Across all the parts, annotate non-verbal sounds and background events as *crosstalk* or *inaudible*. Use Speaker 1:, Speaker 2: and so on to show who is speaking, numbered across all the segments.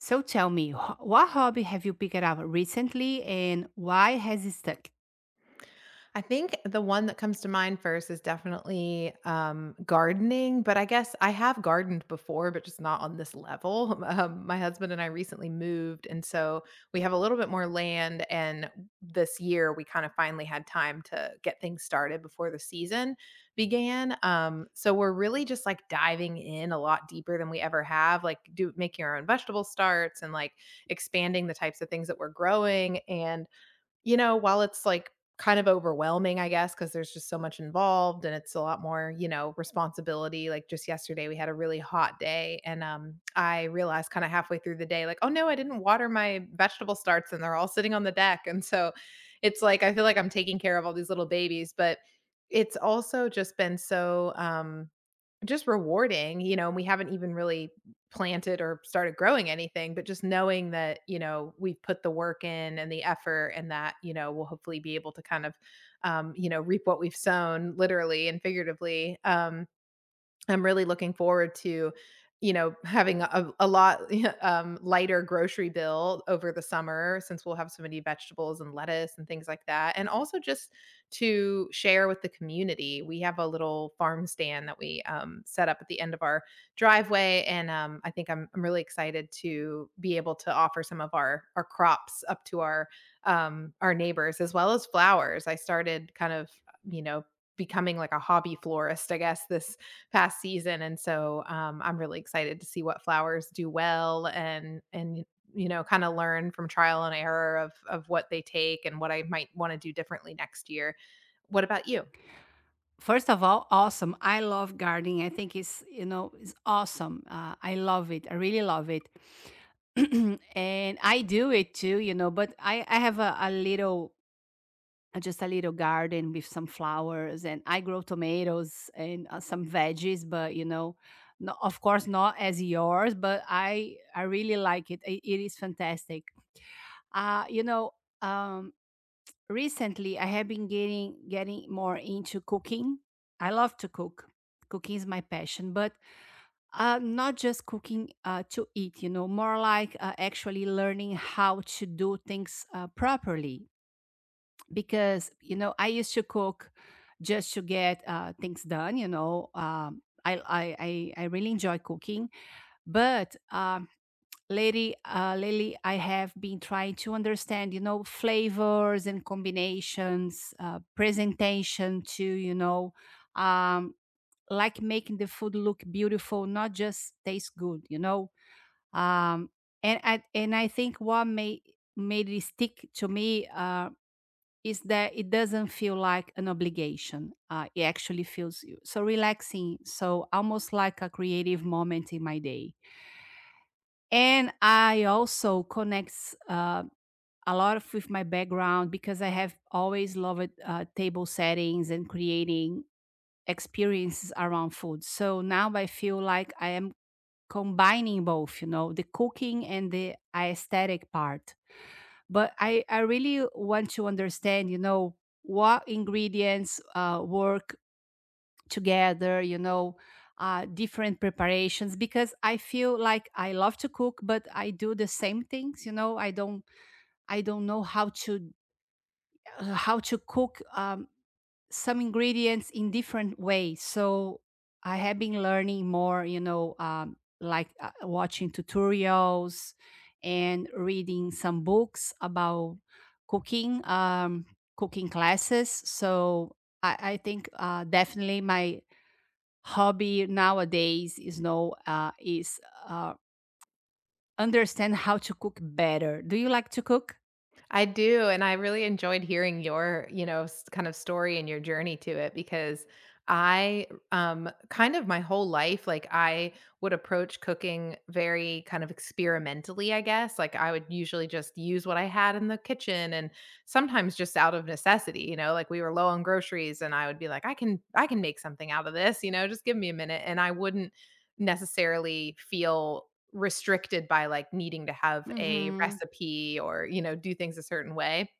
Speaker 1: So tell me, what hobby have you picked up recently and why has it stuck?
Speaker 2: I think the one that comes to mind first is definitely, gardening, but I guess I have gardened before, but just not on this level. *laughs* My husband and I recently moved, and so we have a little bit more land, and this year we kind of finally had time to get things started before the season began. So we're really just, like, diving in a lot deeper than we ever have, like, do making our own vegetable starts and, like, expanding the types of things that we're growing, and you know, while it's, like, kind of overwhelming, I guess because there's just so much involved and it's a lot more, you know, responsibility, like, just yesterday, we had a really hot day, and, I realized kinda halfway through the day, like, "Oh, no, I didn't water my vegetable starts, and they're all sitting on the deck," and so, it's like, I feel like I'm taking care of all these little babies, but it's also just been so, just rewarding, you know, and we haven't even really planted or started growing anything, but just knowing that, you know, we've put the work in and the effort and that, you know, we'll hopefully be able to kind of, you know, reap what we've sown literally and figuratively. I'm really looking forward to, you know, having a lot, *laughs* lighter grocery bill over the summer since we'll have so many vegetables and lettuce and things like that, and also just to share with the community. We have a little farm stand that we, set up at the end of our driveway, and, I think I'm really excited to be able to offer some of our crops up to our neighbors as well as flowers. I started kind of, you know, becoming like a hobby florist, I guess, this past season. And so I'm really excited to see what flowers do well and you know kind of learn from trial and error of what they take and what I might want to do differently next year. What about you?
Speaker 1: First of all, awesome. I love gardening. I think it's, you know, it's awesome. I love it. I really love it. *clears throat* And I do it too, you know, but I have a little, just a little garden with some flowers, and I grow tomatoes and some veggies, but, you know, no, of course not as yours, but I really like it. It is fantastic. Uh, you know, um, Recently I have been getting more into cooking. I love to cook. Cooking is my passion, but not just cooking to eat, you know, more like actually learning how to do things properly. Because, you know, I used to cook just to get things done, you know. I really enjoy cooking, but lately I have been trying to understand, you know, flavors and combinations, presentation to, you know, um, like making the food look beautiful, not just taste good, you know. Um, and I think what made it stick to me is that it doesn't feel like an obligation. It actually feels so relaxing, so almost like a creative moment in my day. And I also connects a lot of with my background because I have always loved table settings and creating experiences around food. So now I feel like I am combining both, you know, the cooking and the aesthetic part. But I really want to understand, you know, what ingredients work together, you know, different preparations, because I feel like I love to cook, but I do the same things, you know. I don't know how to cook some ingredients in different ways. So I have been learning more, you know, like watching tutorials and reading some books about cooking, cooking classes. So I think definitely my hobby nowadays is no, is uh, understand how to cook better. Do you like to cook?
Speaker 2: I do, and I really enjoyed hearing your, you know, kind of story and your journey to it because I kind of my whole life like I would approach cooking very kind of experimentally, I guess. Like I would usually just use what I had in the kitchen and sometimes just out of necessity, you know, like we were low on groceries and I would be like I can make something out of this, you know, just give me a minute and I wouldn't necessarily feel restricted by, like, needing to have a
Speaker 1: Mm-hmm.
Speaker 2: recipe or, you know, do things a certain way,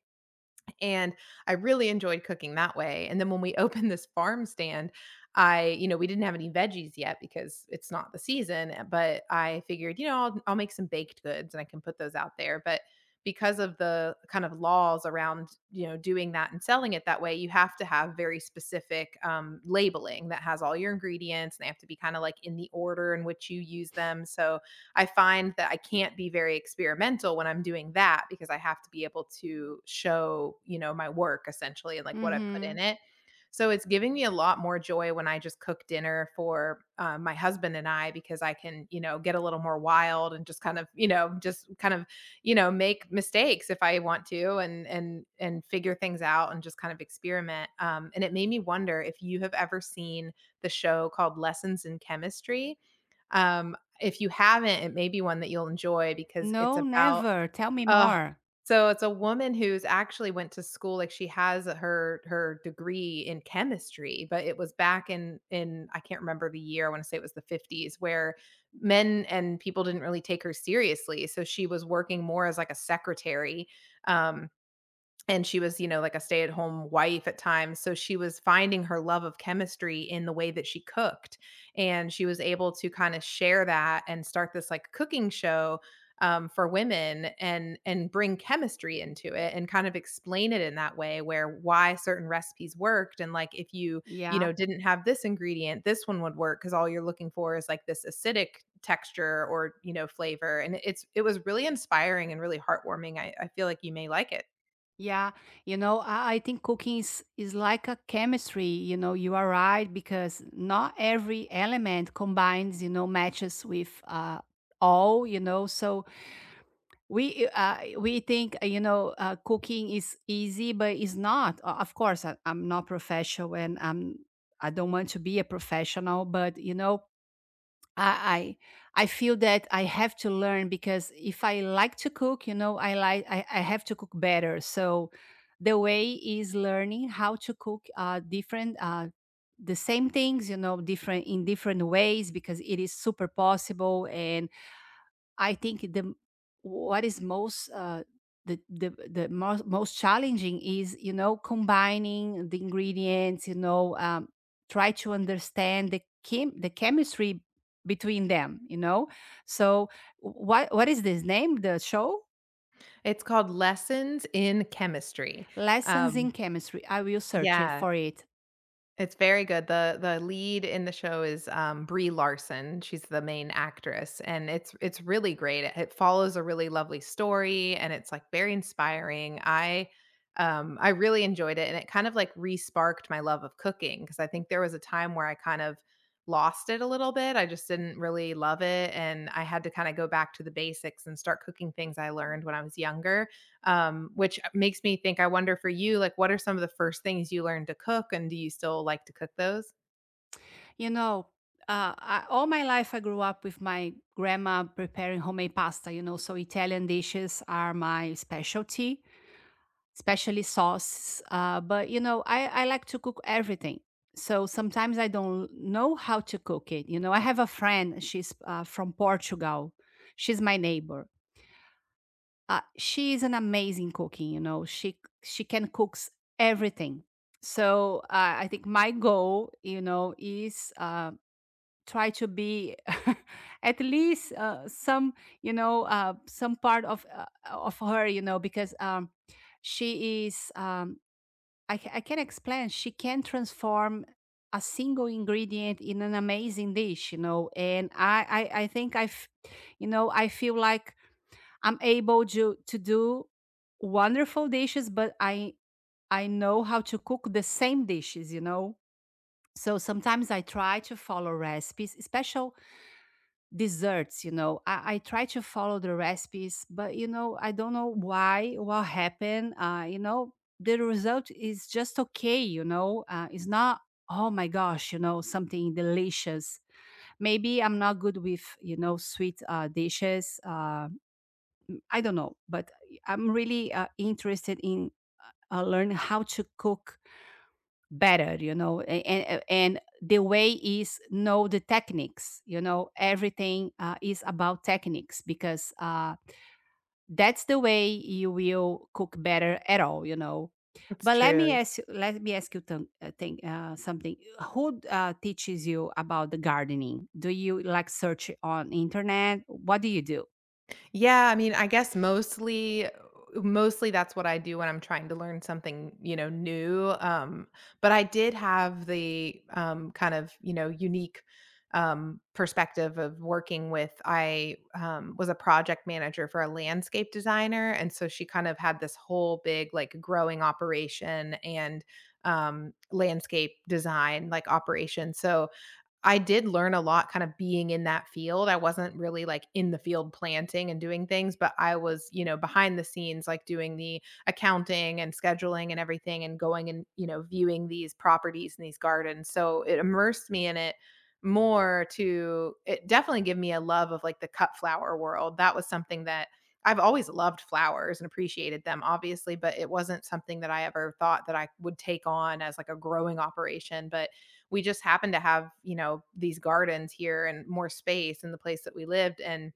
Speaker 2: and I really enjoyed cooking that way, and then when we *laughs* opened this farm stand, I you know, we didn't have any veggies yet because it's not the season, but I figured, you know, I'll make some baked goods and I can put those out there, but because of the kind of laws around, you know, doing that and selling it that way, you have to have very specific, labeling that has all your ingredients, and they have to be kinda, like, in the order in which you use them, so I find that I can't be very experimental when I'm doing that because I have to be able to show, you know, my work essentially and like what I've put in
Speaker 1: Mm-hmm.
Speaker 2: it. So it's giving me a lot more joy when I just cook dinner for my husband and I because I can, you know, get a little more wild and just kind of, you know, you know, make mistakes if I want to and figure things out and just kind of experiment. And it made me wonder if you have ever seen the show called Lessons in Chemistry. Um, if you haven't, it may be one that you'll enjoy because it's
Speaker 1: No,
Speaker 2: about
Speaker 1: never. Tell me
Speaker 2: uh,
Speaker 1: more.
Speaker 2: so it's a woman who's actually went to school, like, she has her degree in chemistry, but it was back in I can't remember the year, I wanna say it was the '50s, where men and people didn't really take her seriously, so she was working more as, like, a secretary, um, and she was, you know, like a stay-at-home wife at times, so she was finding her love of chemistry in the way that she cooked, and she was able to kinda share that and start this, like, cooking show, for women and bring chemistry into it and kind of explain it in that way where why certain recipes worked and, like, if you, you
Speaker 1: Yeah.
Speaker 2: know, didn't have this ingredient, this one would work because all you're looking for is, like, this acidic texture or, you know, flavor, and it was really inspiring and really heartwarming. I feel like you may like it.
Speaker 1: Yeah. You know, I think cooking is like a chemistry. You know, you are right because not every element combines, you know, matches with all, you know. So we think cooking is easy but it's not of course I'm not professional, and I don't want to be a professional, but you know I, I feel that I have to learn, because if I like to cook, you know I have to cook better. So the way is learning how to cook different the same things, you know, different in different ways, because it is super possible. And I think the what is most the most challenging is, you know, combining the ingredients. You know, try to understand the chem the chemistry between them. You know, so what is this name? The show,
Speaker 2: It's called Lessons in Chemistry.
Speaker 1: Lessons in
Speaker 2: Um,
Speaker 1: Chemistry. I will search it
Speaker 2: yeah,
Speaker 1: for it.
Speaker 2: it's very good. The lead in the show is, Brie Larson. She's the main actress, and it's really great. It follows a really lovely story, and it's, like, very inspiring. I really enjoyed it, and it kind of, like, re-sparked my love of cooking because I think there was a time where I kind of lost it a little bit. I just didn't really love it, and I had to kinda go back to the basics and start cooking things I learned when I was younger which makes me think. I wonder for you, like, what are some of the first things you learned to cook, and do you still like to cook those?
Speaker 1: You know. All my life, I grew up with my grandma preparing homemade pasta. You know, so Italian dishes are my specialty, especially sauce. But you know, I like to cook everything. So sometimes I don't know how to cook it. You know, I have a friend, she's from Portugal. She's my neighbor. She is an amazing cooking, you know. She can cook everything. So I think my goal, you know, is try to be *laughs* at least some, you know, some part of her, you know, because she is I can explain. She can transform a single ingredient in an amazing dish, you know. And I think I, f- you know, I feel like I'm able to do wonderful dishes, but I know how to cook the same dishes, you know. So sometimes I try to follow recipes, especially desserts. You know, I try to follow the recipes, but you know, I don't know why what happened, you know, the result is just okay, you know, it's not, oh my gosh, you know, something delicious. Maybe I'm not good with, you know, sweet dishes, I don't know. But I'm really interested in learn how to cook better, you know. And the way is know the techniques, you know, everything is about techniques, because that's the way you will cook better at all, you know.
Speaker 2: It's
Speaker 1: But
Speaker 2: true.
Speaker 1: let me ask you thing, something, who teaches you about the gardening? Do you like search on internet? What do you do?
Speaker 2: Yeah, I mean, I guess mostly that's what I do when I'm trying to learn something, you know, new. But I did have the kind of, you know, unique perspective of working with I was a project manager for a landscape designer, and so she kind of had this whole big like growing operation and landscape design like operation so I did learn a lot kind of being in that field. I wasn't really like in the field planting and doing things, but I was, you know, behind the scenes, like doing the accounting and scheduling and everything and going and, you know, viewing these properties and these gardens. So it immersed me in it more to it definitely gave me a love of like the cut flower world. That was something that I've always loved flowers and appreciated them, obviously, but it wasn't something that I ever thought that I would take on as like a growing operation. But we just happened to have, you know, these gardens here and more space in the place that we lived. And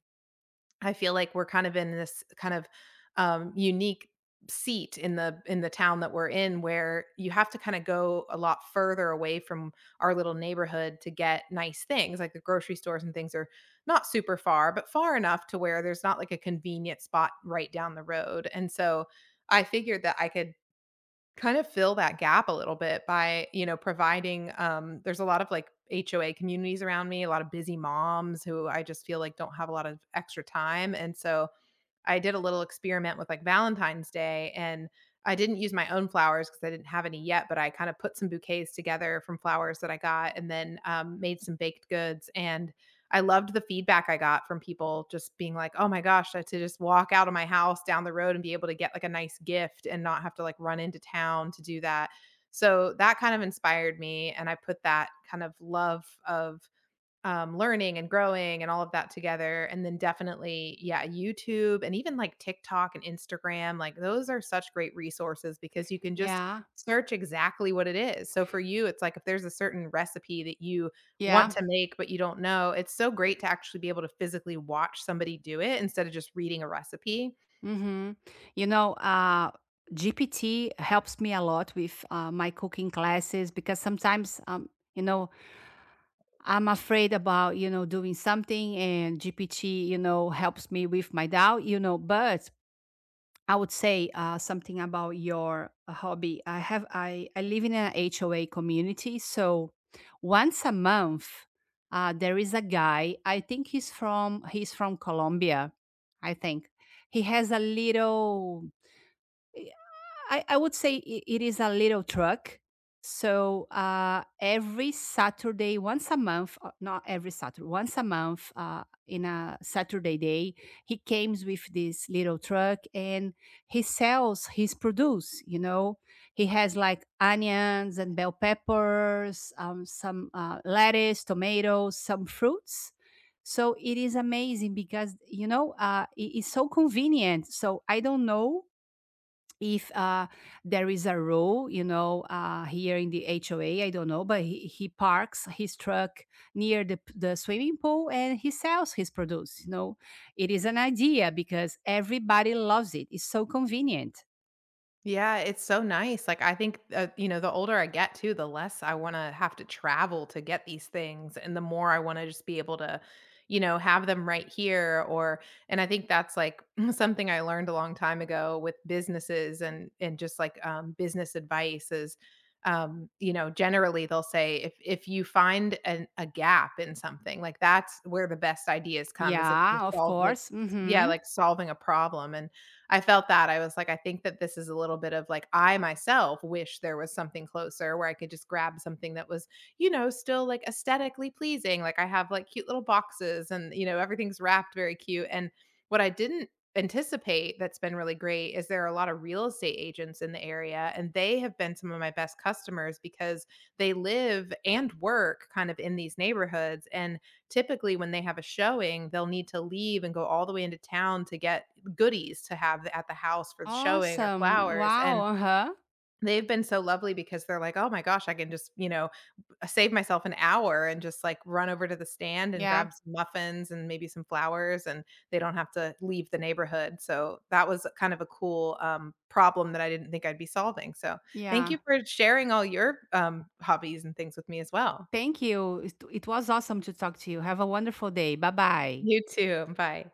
Speaker 2: I feel like we're kind of in this kind of unique seat in the town that we're in where you have to kind of go a lot further away from our little neighborhood to get nice things like the grocery stores and things are not super far but far enough to where there's not like a convenient spot right down the road and so I figured that I could kind of fill that gap a little bit by, you know, providing, there's a lot of, like, HOA communities around me, a lot of busy moms who I just feel like don't have a lot of extra time, and so I did a little experiment with like Valentine's Day and I didn't use my own flowers because I didn't have any yet, but I kind of put some bouquets together from flowers that I got and then made some baked goods. And I loved the feedback I got from people just being like, oh my gosh, to just walk out of my house down the road and be able to get like a nice gift and not have to like run into town to do that. So that kind of inspired me. And I put that kind of love of learning and growing and all of that together, and then definitely, yeah, YouTube and even like TikTok and Instagram, like those are such great resources because you can just
Speaker 1: Yeah.
Speaker 2: search exactly what it is. So for you, it's like if there's a certain recipe that you want
Speaker 1: Yeah.
Speaker 2: to make but you don't know, it's so great to actually be able to physically watch somebody do it instead of just reading a recipe.
Speaker 1: Hmm. You know, GPT helps me a lot with my cooking classes, because sometimes, you know, I'm afraid about, you know, doing something, and GPT, you know, helps me with my doubt, you know. But I would say something about your hobby. I live in an HOA community. So once a month, there is a guy, I think he's from Colombia, I think. He has a little, I would say I it is a little truck. So every Saturday, once a month, not every Saturday, once a month, in a Saturday day, he comes with this little truck and he sells his produce. You know, he has like onions and bell peppers, some lettuce, tomatoes, some fruits. So it is amazing, because you know it is so convenient. So I don't know if there is a rule, you know, here in the HOA, I don't know, but he parks his truck near the, the swimming pool, and he sells his produce. You know, it is an idea because everybody loves it. It's so convenient.
Speaker 2: Yeah, it's so nice. Like I think, you know, the older I get too, the less I want to have to travel to get these things, and the more I want to just be able to, you know, have them right here. And I think that's like *laughs* something I learned a long time ago with businesses and just like business advice is, you know, generally they'll say if you find a gap in something, like that's where the best ideas come, is if you're
Speaker 1: Yeah, of
Speaker 2: solve like
Speaker 1: course.
Speaker 2: yeah,
Speaker 1: Mm-hmm.
Speaker 2: like solving a problem and I felt that. I was like, I think that this is a little bit of like, I myself wish there was something closer where I could just grab something that was, you know, still like aesthetically pleasing. Like I have like cute little boxes and, you know, everything's wrapped very cute. And what I didn't anticipate that's been really great is there are a lot of real estate agents in the area and they have been some of my best customers because they live and work kind of in these neighborhoods and typically when they have a showing they'll need to leave and go all the way into town to get goodies to have at the house for the showing or
Speaker 1: Awesome.
Speaker 2: flowers,
Speaker 1: Wow.
Speaker 2: and
Speaker 1: Uh huh.
Speaker 2: they've been so lovely because they're like, "Oh my gosh, I can just, you know, save myself an hour and just, like, run over to the stand and
Speaker 1: Yeah.
Speaker 2: grab some muffins and maybe some flowers," and they don't have to leave the neighborhood, so that was kind of a cool, problem that I didn't think I'd be solving, so thank
Speaker 1: Yeah.
Speaker 2: you for sharing all your, hobbies and things with me as well.
Speaker 1: Thank you. It was awesome to talk to you. Have a wonderful day. Bye bye.
Speaker 2: You too, bye.